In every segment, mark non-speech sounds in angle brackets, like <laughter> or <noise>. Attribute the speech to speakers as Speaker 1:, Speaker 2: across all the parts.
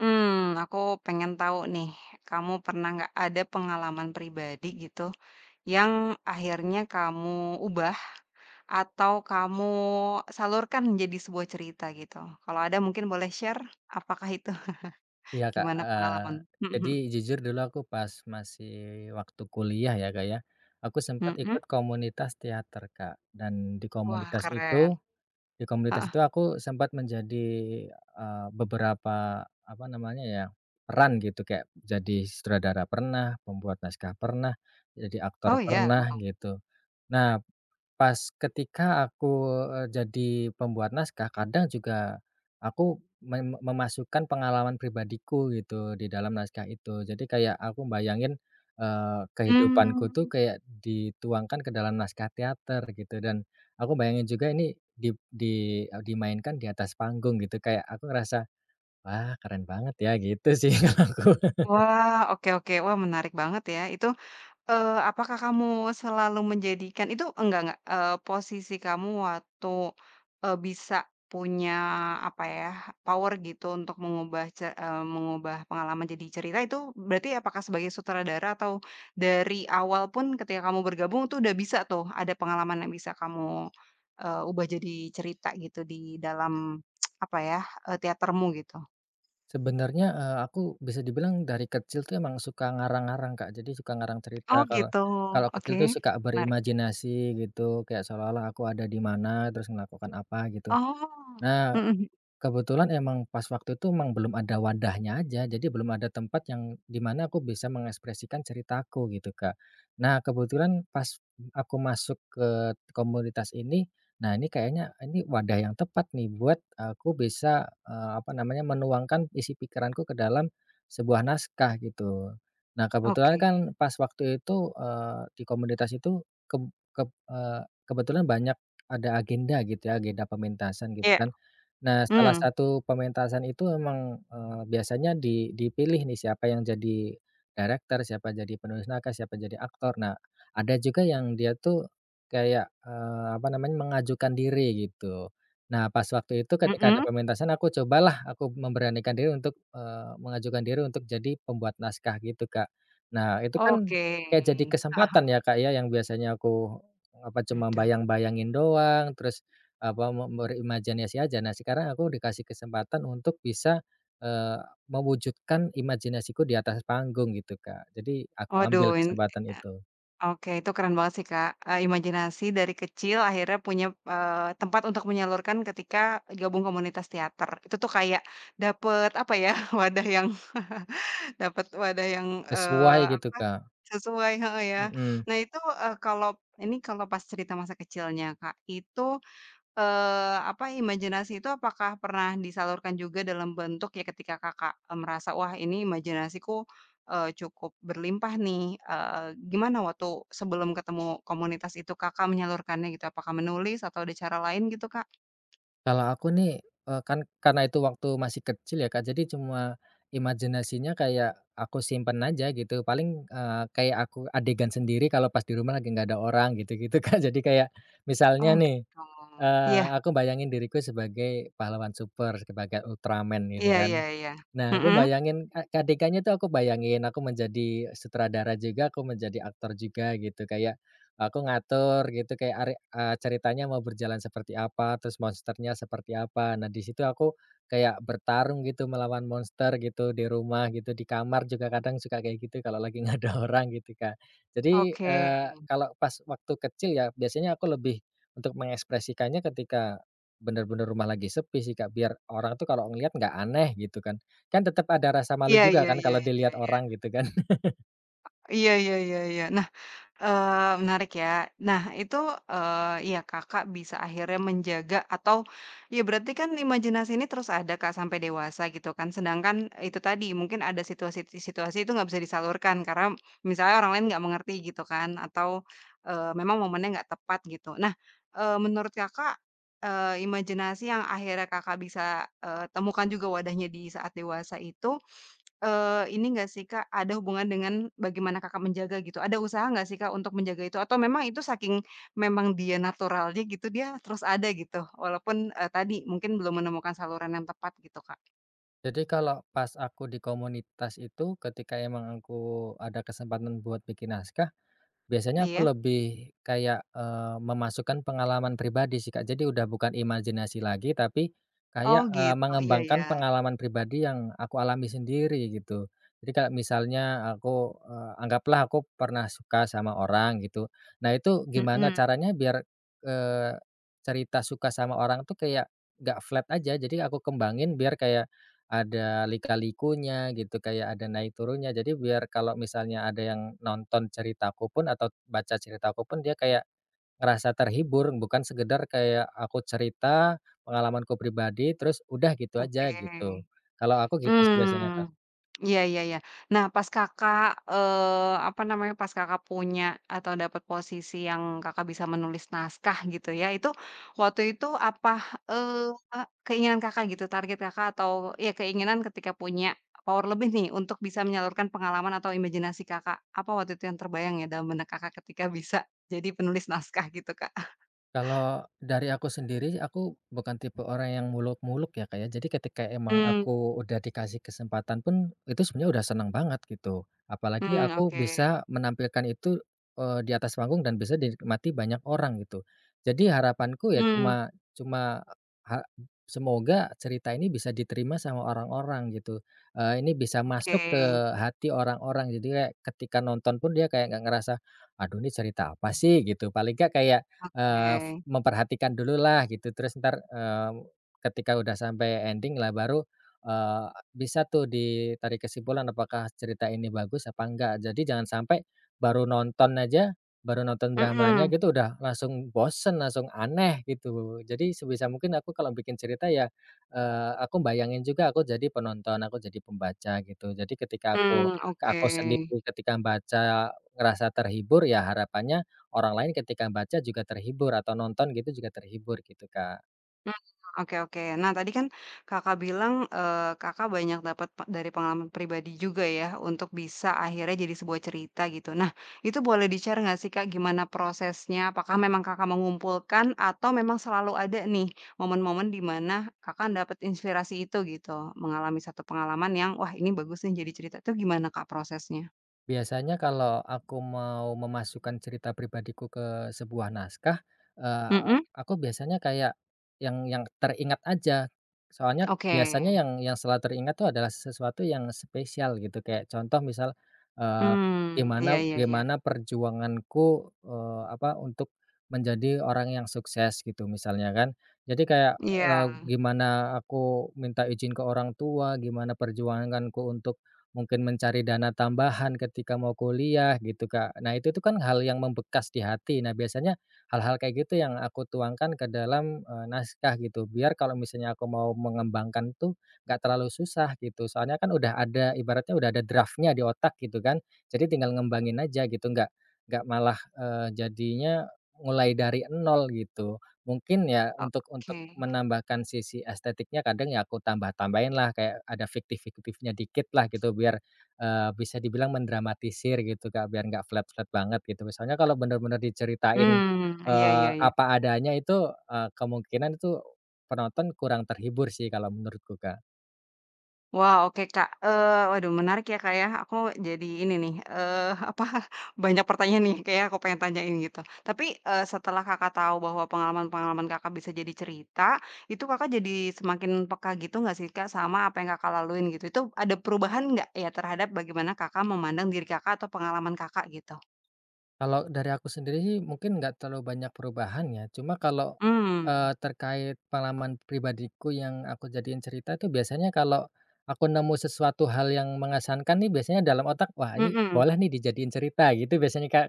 Speaker 1: Hmm, aku pengen tahu nih, kamu pernah nggak ada pengalaman pribadi gitu, yang akhirnya kamu ubah atau kamu salurkan menjadi sebuah cerita gitu? Kalau ada mungkin boleh share, apakah itu <laughs>
Speaker 2: Iya, Kak,
Speaker 1: gimana
Speaker 2: heeh.
Speaker 1: pengalaman?
Speaker 2: Jadi
Speaker 1: Mhm
Speaker 2: jujur dulu aku pas masih waktu kuliah ya, Kak, ya, aku sempat
Speaker 1: mhm, mhm?
Speaker 2: ikut komunitas teater, Kak, dan di
Speaker 1: Wah,
Speaker 2: komunitas itu
Speaker 1: keren,
Speaker 2: di komunitas
Speaker 1: heeh.
Speaker 2: itu aku sempat menjadi, beberapa, apa namanya ya, peran gitu kayak jadi sutradara pernah, pembuat naskah pernah, jadi aktor
Speaker 1: Oh iya?
Speaker 2: pernah
Speaker 1: Wow.
Speaker 2: gitu. Nah, pas ketika aku, jadi pembuat naskah kadang juga aku memasukkan pengalaman pribadiku gitu di dalam naskah itu. Jadi kayak aku bayangin, kehidupanku tuh
Speaker 1: Mmm,
Speaker 2: kayak dituangkan ke dalam naskah teater gitu dan aku bayangin juga ini di dimainkan di atas panggung gitu kayak aku ngerasa, "Wah keren banget ya," gitu sih <laughs> kalau aku.
Speaker 1: wah, oke oke. Wah, menarik banget ya, itu. Apakah kamu selalu menjadikan itu enggak, posisi kamu waktu, bisa punya apa ya, power gitu untuk mengubah mengubah pengalaman jadi cerita itu berarti apakah sebagai sutradara atau dari awal pun ketika kamu bergabung tuh udah bisa tuh ada pengalaman yang bisa kamu, ubah jadi cerita gitu di dalam apa ya, teatermu gitu?
Speaker 2: Sebenarnya, aku bisa dibilang dari kecil tuh emang suka ngarang-ngarang, Kak. Jadi suka ngarang cerita
Speaker 1: Oh
Speaker 2: kalau
Speaker 1: gitu,
Speaker 2: kalau kecil
Speaker 1: oke,
Speaker 2: tuh suka
Speaker 1: menarik.
Speaker 2: berimajinasi gitu, kayak seolah-olah aku ada di mana, terus melakukan apa gitu.
Speaker 1: Oh,
Speaker 2: Nah,
Speaker 1: mhm mhm,
Speaker 2: kebetulan emang pas waktu itu emang belum ada wadahnya aja, jadi belum ada tempat yang dimana aku bisa mengekspresikan ceritaku gitu, Kak. Nah, kebetulan pas aku masuk ke komunitas ini, nah ini kayaknya ini wadah yang tepat nih buat aku bisa, apa namanya, menuangkan isi pikiranku ke dalam sebuah naskah gitu. Nah, kebetulan
Speaker 1: oke,
Speaker 2: kan pas waktu itu, di komunitas itu ke kebetulan banyak ada agenda gitu ya, agenda pementasan gitu
Speaker 1: iya,
Speaker 2: kan. Nah, salah
Speaker 1: mmm.
Speaker 2: satu pementasan itu memang, biasanya dipilih nih siapa yang jadi director, siapa jadi penulis naskah, siapa jadi aktor. Nah, ada juga yang dia tuh kayak, apa namanya, mengajukan diri gitu. Nah, pas waktu itu ketika ada
Speaker 1: Mhm,
Speaker 2: pementasan aku cobalah aku memberanikan diri untuk, mengajukan diri untuk jadi pembuat naskah gitu, Kak. Nah, itu kan
Speaker 1: oke.
Speaker 2: kayak jadi kesempatan
Speaker 1: <laughs> Heeh heeh.
Speaker 2: ya, Kak, ya, yang biasanya aku, apa, cuma
Speaker 1: Waduh.
Speaker 2: bayang-bayangin doang, terus apa, berimajinasi aja. Nah, sekarang aku dikasih kesempatan untuk bisa, eee, mewujudkan imajinasiku di atas panggung gitu, Kak. Jadi aku ambil
Speaker 1: Waduh,
Speaker 2: kesempatan itu,
Speaker 1: oke, itu keren banget sih, Kak, imajinasi dari kecil akhirnya punya, tempat untuk menyalurkan ketika gabung komunitas teater. Itu tuh kayak dapet apa ya, <laughs> wadah yang <laughs> dapet wadah yang,
Speaker 2: sesuai gitu,
Speaker 1: apa,
Speaker 2: Kak.
Speaker 1: sesuai, heeh, ya.
Speaker 2: Mhm.
Speaker 1: Nah itu, kalau ini kalau pas cerita masa kecilnya, Kak, itu. Imajinasi itu apakah pernah disalurkan juga dalam bentuk ya ketika Kakak, merasa, "Wah, ini imajinasiku, cukup berlimpah nih," gimana waktu sebelum ketemu komunitas itu Kakak menyalurkannya gitu? Apakah menulis atau ada cara lain gitu, Kak?
Speaker 2: Kalau aku nih, kan karena itu waktu masih kecil ya, Kak, jadi cuma imajinasinya kayak aku simpen aja gitu, paling, kayak aku adegan sendiri kalau pas di rumah lagi nggak ada orang gitu-gitu, Kak. <laughs> Jadi kayak misalnya
Speaker 1: Oh
Speaker 2: nih,
Speaker 1: gitu. Iya.
Speaker 2: Aku bayangin diriku sebagai pahlawan super, sebagai Ultraman gitu
Speaker 1: Iya iya
Speaker 2: kan.
Speaker 1: iya.
Speaker 2: Nah, aku
Speaker 1: Mhm.
Speaker 2: bayangin adegannya tuh aku bayangin aku menjadi sutradara juga, aku menjadi aktor juga gitu, kayak aku ngatur gitu kayak ceritanya mau berjalan seperti apa, terus monsternya seperti apa. Nah, di situ aku kayak bertarung gitu melawan monster gitu di rumah gitu, di kamar juga kadang suka kayak gitu kalau lagi nggak ada <laughs> orang gitu, Kak. Jadi,
Speaker 1: Oke.
Speaker 2: kalau pas waktu kecil ya biasanya aku lebih untuk mengekspresikannya ketika bener-bener rumah lagi sepi sih, Kak, biar orang tuh kalau ngelihat nggak aneh gitu kan. Kan tetap ada rasa malu
Speaker 1: Iya
Speaker 2: juga
Speaker 1: iya
Speaker 2: kan
Speaker 1: iya
Speaker 2: kalau
Speaker 1: iya
Speaker 2: dilihat
Speaker 1: iya.
Speaker 2: orang gitu kan. <laughs>
Speaker 1: Iya iya iya iya. Nah. Menarik ya. Nah itu, iya, Kakak bisa akhirnya menjaga atau ya berarti kan imajinasi ini terus ada, Kak, sampai dewasa gitu kan. Sedangkan itu tadi mungkin ada situasi situasi itu nggak bisa disalurkan karena misalnya orang lain nggak mengerti gitu kan atau, memang momennya nggak tepat gitu. Nah, menurut Kakak, imajinasi yang akhirnya Kakak bisa, temukan juga wadahnya di saat dewasa itu. Ini enggak sih, Kak, ada hubungan dengan bagaimana Kakak menjaga gitu, ada usaha nggak sih, Kak, untuk menjaga itu? Atau memang itu saking memang dia naturalnya gitu, dia terus ada gitu, walaupun, tadi mungkin belum menemukan saluran yang tepat gitu, Kak?
Speaker 2: Jadi kalau pas aku di komunitas itu ketika emang aku ada kesempatan buat bikin naskah, biasanya aku
Speaker 1: Iya?
Speaker 2: lebih kayak, memasukkan pengalaman pribadi sih, Kak. Jadi udah bukan imajinasi lagi, tapi
Speaker 1: Oh
Speaker 2: kayak,
Speaker 1: gitu, iya ya.
Speaker 2: mengembangkan pengalaman pribadi yang aku alami sendiri gitu. Jadi kayak misalnya aku, anggaplah aku pernah suka sama orang gitu. Nah itu gimana
Speaker 1: Mhm,
Speaker 2: caranya biar, eee, cerita suka sama orang tuh kayak nggak flat aja. Jadi aku kembangin biar kayak ada lika-likunya gitu, kayak ada naik turunnya. Jadi biar kalau misalnya ada yang nonton ceritaku pun atau baca ceritaku pun dia kayak ngerasa terhibur, bukan sekedar kayak aku cerita pengalamanku pribadi terus udah gitu
Speaker 1: oke.
Speaker 2: aja gitu. Kalau aku gitu sih biasanya, Kak.
Speaker 1: Mmm, iya iya iya. Nah, pas Kakak, apa namanya, pas Kakak punya atau dapat posisi yang Kakak bisa menulis naskah gitu ya, itu waktu itu apa, eee, keinginan Kakak gitu, target Kakak atau ya keinginan ketika punya power lebih nih untuk bisa menyalurkan pengalaman atau imajinasi Kakak, apa waktu itu yang terbayang ya dalam benak Kakak ketika bisa jadi penulis naskah gitu, Kak?
Speaker 2: Kalau dari aku sendiri, aku bukan tipe orang yang muluk-muluk ya, Kak, ya. Jadi ketika emang
Speaker 1: Mmm,
Speaker 2: aku udah dikasih kesempatan pun, itu sebenarnya udah senang banget gitu. Apalagi
Speaker 1: mmm,
Speaker 2: aku
Speaker 1: oke.
Speaker 2: bisa menampilkan itu, di atas panggung dan bisa dinikmati banyak orang gitu. Jadi harapanku ya
Speaker 1: Mmm,
Speaker 2: cuma cuma ha semoga cerita ini bisa diterima sama orang-orang gitu. Ini bisa
Speaker 1: oke,
Speaker 2: masuk ke hati orang-orang. Jadi kayak ketika nonton pun dia kayak nggak ngerasa, "Aduh ini cerita apa sih?" gitu. Paling nggak kayak,
Speaker 1: oke.
Speaker 2: memperhatikan dulu lah gitu, terus ntar ketika udah sampai ending lah baru, eee, bisa tuh ditarik kesimpulan apakah cerita ini bagus apa enggak. Jadi jangan sampai baru nonton aja, baru nonton dramanya
Speaker 1: Mhm,
Speaker 2: gitu udah langsung bosen, langsung aneh gitu. Jadi sebisa mungkin aku kalau bikin cerita ya, aku bayangin juga aku jadi penonton, aku jadi pembaca gitu. Jadi ketika
Speaker 1: mmm, oke.
Speaker 2: aku sendiri ketika baca ngerasa terhibur ya harapannya orang lain ketika baca juga terhibur atau nonton gitu juga terhibur gitu, Kak.
Speaker 1: Mmm, oke oke. Nah, tadi kan Kakak bilang, Kakak banyak dapat dari pengalaman pribadi juga ya, untuk bisa akhirnya jadi sebuah cerita gitu. Nah, itu boleh di-share nggak sih, Kak, gimana prosesnya? Apakah memang Kakak mengumpulkan atau memang selalu ada nih momen-momen di mana Kakak dapat inspirasi itu gitu, mengalami satu pengalaman yang, "Wah, ini bagus nih jadi cerita." Itu gimana, Kak, prosesnya?
Speaker 2: Biasanya kalau aku mau memasukkan cerita pribadiku ke sebuah naskah, eee,
Speaker 1: Mhm?
Speaker 2: aku biasanya kayak yang teringat aja. Soalnya biasanya
Speaker 1: Oke.
Speaker 2: yang selalu teringat tuh adalah sesuatu yang spesial gitu, kayak contoh misal, eee,
Speaker 1: Mmm, iya
Speaker 2: gimana
Speaker 1: iya iya.
Speaker 2: gimana perjuanganku, apa, untuk menjadi orang yang sukses gitu misalnya kan. Jadi kayak,
Speaker 1: Iya,
Speaker 2: eee, gimana aku minta izin ke orang tua, gimana perjuanganku untuk mungkin mencari dana tambahan ketika mau kuliah gitu, Kak. Nah, itu tuh kan hal yang membekas di hati. Nah, biasanya hal-hal kayak gitu yang aku tuangkan ke dalam, naskah gitu, biar kalau misalnya aku mau mengembangkan tuh nggak terlalu susah gitu. Soalnya kan udah ada ibaratnya udah ada draftnya di otak gitu kan, jadi tinggal ngembangin aja gitu, nggak malah, jadinya mulai dari nol gitu. Mungkin ya untuk
Speaker 1: oke.
Speaker 2: untuk menambahkan sisi estetiknya kadang ya aku tambahin lah kayak ada fiktif-fiktifnya dikit lah gitu biar, bisa dibilang mendramatisir gitu, Kak, biar nggak flat-flat banget gitu. Misalnya kalau benar-benar diceritain,
Speaker 1: Mmm, iya iya iya.
Speaker 2: apa adanya itu, kemungkinan itu penonton kurang terhibur sih kalau menurutku, Kak.
Speaker 1: Wah, oke, Kak, waduh, menarik ya, Kak, ya. Aku jadi ini nih, <laughs> apa, banyak pertanyaan nih kayak aku pengen tanyain gitu. Tapi, setelah Kakak tahu bahwa pengalaman-pengalaman Kakak bisa jadi cerita, itu Kakak jadi semakin peka gitu nggak sih, Kak, sama apa yang Kakak laluin gitu? Itu ada perubahan nggak ya terhadap bagaimana Kakak memandang diri Kakak atau pengalaman Kakak gitu?
Speaker 2: Kalau dari aku sendiri sih mungkin nggak terlalu banyak perubahan ya, cuma kalau,
Speaker 1: Hmm,
Speaker 2: terkait pengalaman pribadiku yang aku jadiin cerita itu biasanya kalau aku nemu sesuatu hal yang mengesankan nih biasanya dalam otak, "Wah ini
Speaker 1: mhm,
Speaker 2: boleh nih dijadiin cerita," gitu biasanya, Kak,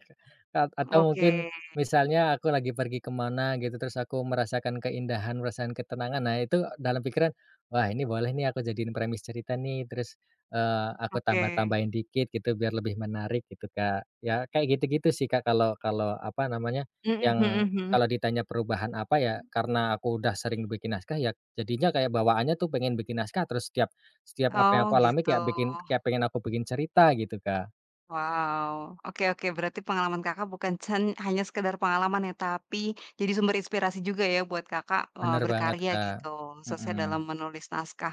Speaker 2: atau
Speaker 1: oke
Speaker 2: mungkin misalnya aku lagi pergi kemana gitu terus aku merasakan keindahan, merasakan ketenangan, nah itu dalam pikiran, "Wah ini boleh nih aku jadiin premis cerita nih," terus aku
Speaker 1: oke,
Speaker 2: tambah-tambahin dikit gitu biar lebih menarik gitu, Kak. Ya kayak gitu-gitu sih, Kak, kalau kalau apa namanya,
Speaker 1: mhm
Speaker 2: yang
Speaker 1: mhm mhm.
Speaker 2: kalau ditanya perubahan apa ya, karena aku udah sering bikin naskah ya jadinya kayak bawaannya tuh pengen bikin naskah terus setiap setiap apa yang aku
Speaker 1: Oh
Speaker 2: alami
Speaker 1: gitu.
Speaker 2: kayak bikin kayak pengen aku bikin cerita gitu, Kak.
Speaker 1: Wow, oke oke, berarti pengalaman Kakak bukan hanya sekedar pengalaman ya, tapi jadi sumber inspirasi juga ya buat Kakak,
Speaker 2: Bener banget,
Speaker 1: berkarya
Speaker 2: Kak.
Speaker 1: gitu, khususnya
Speaker 2: Mhm.
Speaker 1: dalam menulis naskah.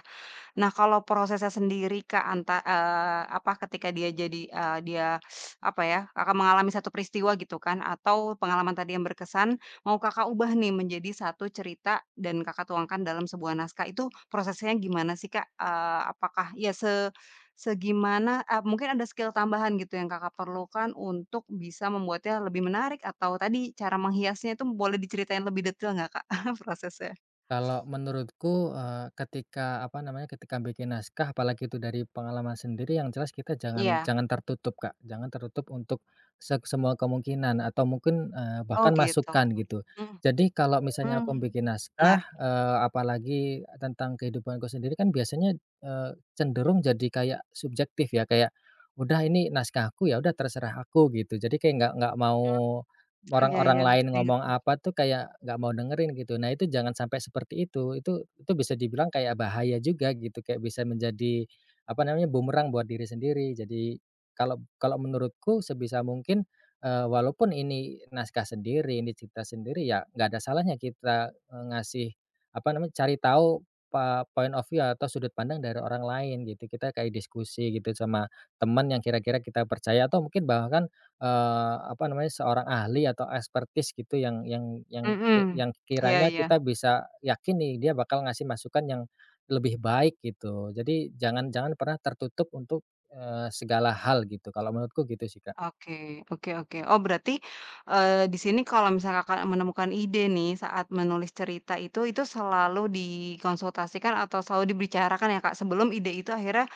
Speaker 1: Nah, kalau prosesnya sendiri, Kak, apa, ketika dia jadi, dia apa ya, Kakak mengalami satu peristiwa gitu kan, atau pengalaman tadi yang berkesan, mau Kakak ubah nih menjadi satu cerita dan Kakak tuangkan dalam sebuah naskah, itu prosesnya gimana sih, Kak? Apakah ya segimana mungkin ada skill tambahan gitu yang Kakak perlukan untuk bisa membuatnya lebih menarik atau tadi cara menghiasnya itu boleh diceritain lebih detail nggak, Kak, <laughs> prosesnya?
Speaker 2: Kalau menurutku, ketika, apa namanya, ketika bikin naskah apalagi itu dari pengalaman sendiri yang jelas kita jangan
Speaker 1: Iya.
Speaker 2: jangan tertutup, Kak, jangan tertutup untuk semua kemungkinan atau mungkin,
Speaker 1: Oh
Speaker 2: bahkan
Speaker 1: gitu.
Speaker 2: masukan gitu.
Speaker 1: Mhm.
Speaker 2: Jadi kalau misalnya aku
Speaker 1: Mmm,
Speaker 2: bikin naskah,
Speaker 1: menarik.
Speaker 2: apalagi tentang kehidupanku sendiri kan biasanya, cenderung jadi kayak subjektif ya, kayak, "Udah ini naskahku, ya udah terserah aku," gitu. Jadi kayak nggak mau
Speaker 1: Mmm, iya
Speaker 2: orang-orang
Speaker 1: iya,
Speaker 2: lain
Speaker 1: ngerti
Speaker 2: ngomong
Speaker 1: ngerti.
Speaker 2: apa tuh kayak nggak mau dengerin gitu. Nah itu jangan sampai seperti itu. Itu bisa dibilang kayak bahaya juga gitu, kayak bisa menjadi, apa namanya, bumerang buat diri sendiri. Jadi kalau kalau menurutku sebisa mungkin, walaupun ini naskah sendiri, ini cerita sendiri, ya nggak ada salahnya kita, ngasih, apa namanya, cari tahu point of view atau sudut pandang dari orang lain gitu. Kita kayak diskusi gitu sama teman yang kira-kira kita percaya atau mungkin bahkan apa namanya, seorang ahli atau ekspertis gitu yang
Speaker 1: Mhm,
Speaker 2: ya yang
Speaker 1: iya
Speaker 2: kiranya
Speaker 1: iya.
Speaker 2: kita bisa yakin nih dia bakal ngasih masukan yang lebih baik gitu. Jadi jangan jangan pernah tertutup untuk, segala hal gitu, kalau menurutku gitu sih, Kak.
Speaker 1: Oke oke oke. Oh berarti, di sini kalau misal Kakak menemukan ide nih saat menulis cerita itu selalu dikonsultasikan atau selalu dibicarakan ya, Kak, sebelum ide itu akhirnya,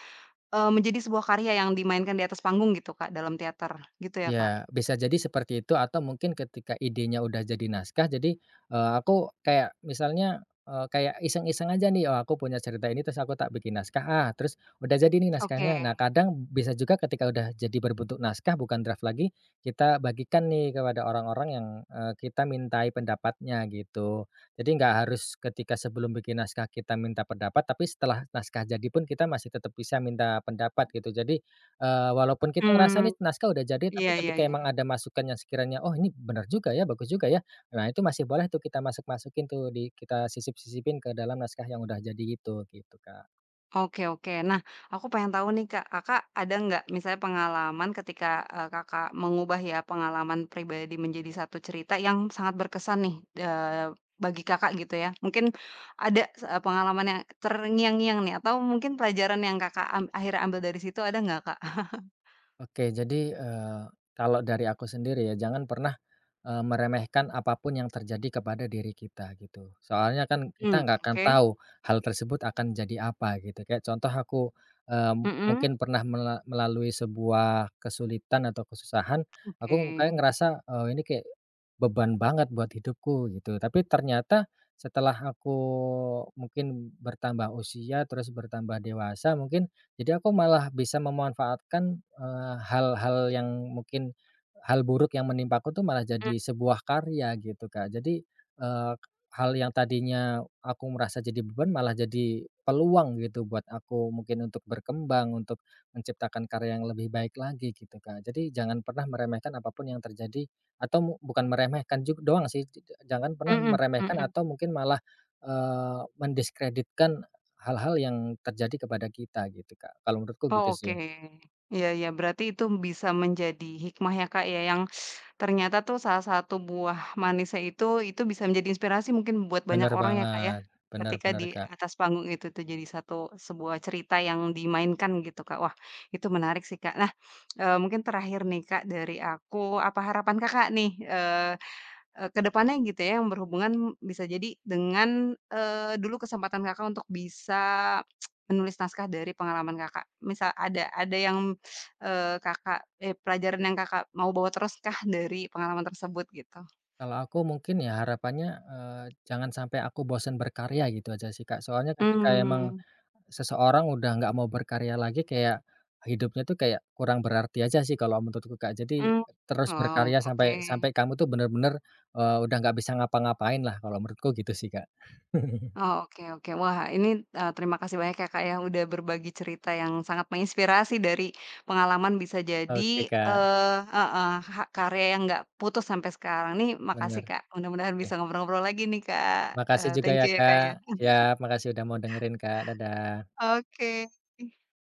Speaker 1: menjadi sebuah karya yang dimainkan di atas panggung gitu, Kak, dalam teater, gitu ya, Kak?
Speaker 2: Ya, bisa jadi seperti itu atau mungkin ketika idenya udah jadi naskah jadi, aku kayak misalnya, kayak iseng-iseng aja nih, oh aku punya cerita ini terus aku tak bikin naskah, ah, terus udah jadi nih
Speaker 1: Oke.
Speaker 2: naskahnya. Nah kadang bisa juga ketika udah jadi berbentuk naskah bukan draft lagi, kita bagikan nih kepada orang-orang yang, kita mintai pendapatnya gitu. Jadi nggak harus ketika sebelum bikin naskah kita minta pendapat, tapi setelah naskah jadi pun kita masih tetap bisa minta pendapat gitu. Jadi walaupun kita ngerasa
Speaker 1: Mmm,
Speaker 2: nih naskah udah jadi, tapi
Speaker 1: iya iya
Speaker 2: ketika
Speaker 1: iya.
Speaker 2: emang ada masukan yang sekiranya, "Oh ini bener juga ya, bagus juga ya." Nah itu masih boleh tuh kita masuk-masukin tuh di kita sisip-sisipin ke dalam naskah yang udah jadi itu, gitu, Kak.
Speaker 1: Oke oke. Nah, aku pengen tahu nih, Kak, Kakak ada nggak misalnya pengalaman ketika, Kakak mengubah ya pengalaman pribadi menjadi satu cerita yang sangat berkesan nih, bagi Kakak gitu ya. Mungkin ada pengalaman yang terngiang-ngiang nih atau mungkin pelajaran yang Kakak akhirnya ambil dari situ ada nggak, Kak? <laughs>
Speaker 2: Oke jadi, kalau dari aku sendiri ya, jangan pernah meremehkan apapun yang terjadi kepada diri kita gitu. Soalnya kan kita
Speaker 1: Hmm.
Speaker 2: nggak akan
Speaker 1: Oke.
Speaker 2: tahu hal tersebut akan jadi apa gitu. Kayak contoh aku, eee,
Speaker 1: Mhm,
Speaker 2: mungkin pernah melalui sebuah kesulitan atau kesusahan,
Speaker 1: oke.
Speaker 2: aku kayak ngerasa, ini kayak beban banget buat hidupku gitu. Tapi ternyata setelah aku mungkin bertambah usia, terus bertambah dewasa mungkin, jadi aku malah bisa memanfaatkan, hal-hal yang mungkin hal buruk yang menimpaku tuh malah
Speaker 1: Mmm,
Speaker 2: jadi sebuah karya gitu, Kak. Jadi, eee, hal yang tadinya aku merasa jadi beban malah jadi peluang gitu buat aku mungkin untuk berkembang, untuk menciptakan karya yang lebih baik lagi gitu, Kak. Jadi jangan pernah meremehkan apapun yang terjadi atau bukan meremehkan juga doang sih, j j- jangan pernah
Speaker 1: mhm
Speaker 2: meremehkan
Speaker 1: mhm.
Speaker 2: atau mungkin malah, mendiskreditkan hal-hal yang terjadi kepada kita gitu, Kak. Kalau menurutku gitu
Speaker 1: Oh, oke.
Speaker 2: sih.
Speaker 1: Iya ya. Berarti itu bisa menjadi hikmah ya, Kak, ya, yang ternyata tuh salah satu buah manisnya itu bisa menjadi inspirasi mungkin buat banyak
Speaker 2: Bener
Speaker 1: orang ya, Kak, ya?
Speaker 2: banget, bener
Speaker 1: Ketika
Speaker 2: bener,
Speaker 1: di
Speaker 2: Kak.
Speaker 1: atas panggung itu tuh jadi satu sebuah cerita yang dimainkan gitu, Kak. Wah, itu menarik sih, Kak. Nah, mungkin terakhir nih, Kak, dari aku, apa harapan Kakak nih, eee Eee, ke depannya gitu ya, yang berhubungan bisa jadi dengan, dulu kesempatan Kakak untuk bisa menulis naskah dari pengalaman Kakak. Misal ada yang, pelajaran yang Kakak mau bawa teruskah dari pengalaman tersebut gitu?
Speaker 2: Kalau aku mungkin ya harapannya, eee, jangan sampai aku bosen berkarya gitu aja sih, Kak. Soalnya ketika emang
Speaker 1: Mmm,
Speaker 2: seseorang udah nggak mau berkarya lagi kayak hidupnya tuh kayak kurang berarti aja sih kalau menurutku, Kak. Jadi
Speaker 1: mmm,
Speaker 2: terus
Speaker 1: wow,
Speaker 2: berkarya
Speaker 1: oke.
Speaker 2: sampai sampai kamu tuh bener-bener, udah nggak bisa ngapa-ngapain lah kalau menurutku gitu sih, Kak. <laughs>
Speaker 1: Oh, oke oke. Wah, ini, terima kasih banyak ya, Kak, ya, udah berbagi cerita yang sangat menginspirasi dari pengalaman bisa jadi
Speaker 2: Oke, Kak,
Speaker 1: eh, heeh, karya yang nggak putus sampai sekarang nih, makasih,
Speaker 2: bener.
Speaker 1: Kak. Mudah-mudahan
Speaker 2: Eh,
Speaker 1: bisa ngobrol-ngobrol lagi nih, Kak.
Speaker 2: makasih
Speaker 1: Eee,
Speaker 2: juga
Speaker 1: thank
Speaker 2: ya,
Speaker 1: you ya, Kak,
Speaker 2: Kak.
Speaker 1: ya.
Speaker 2: Siap, makasih udah mau dengerin, Kak. Dadah.
Speaker 1: Oke.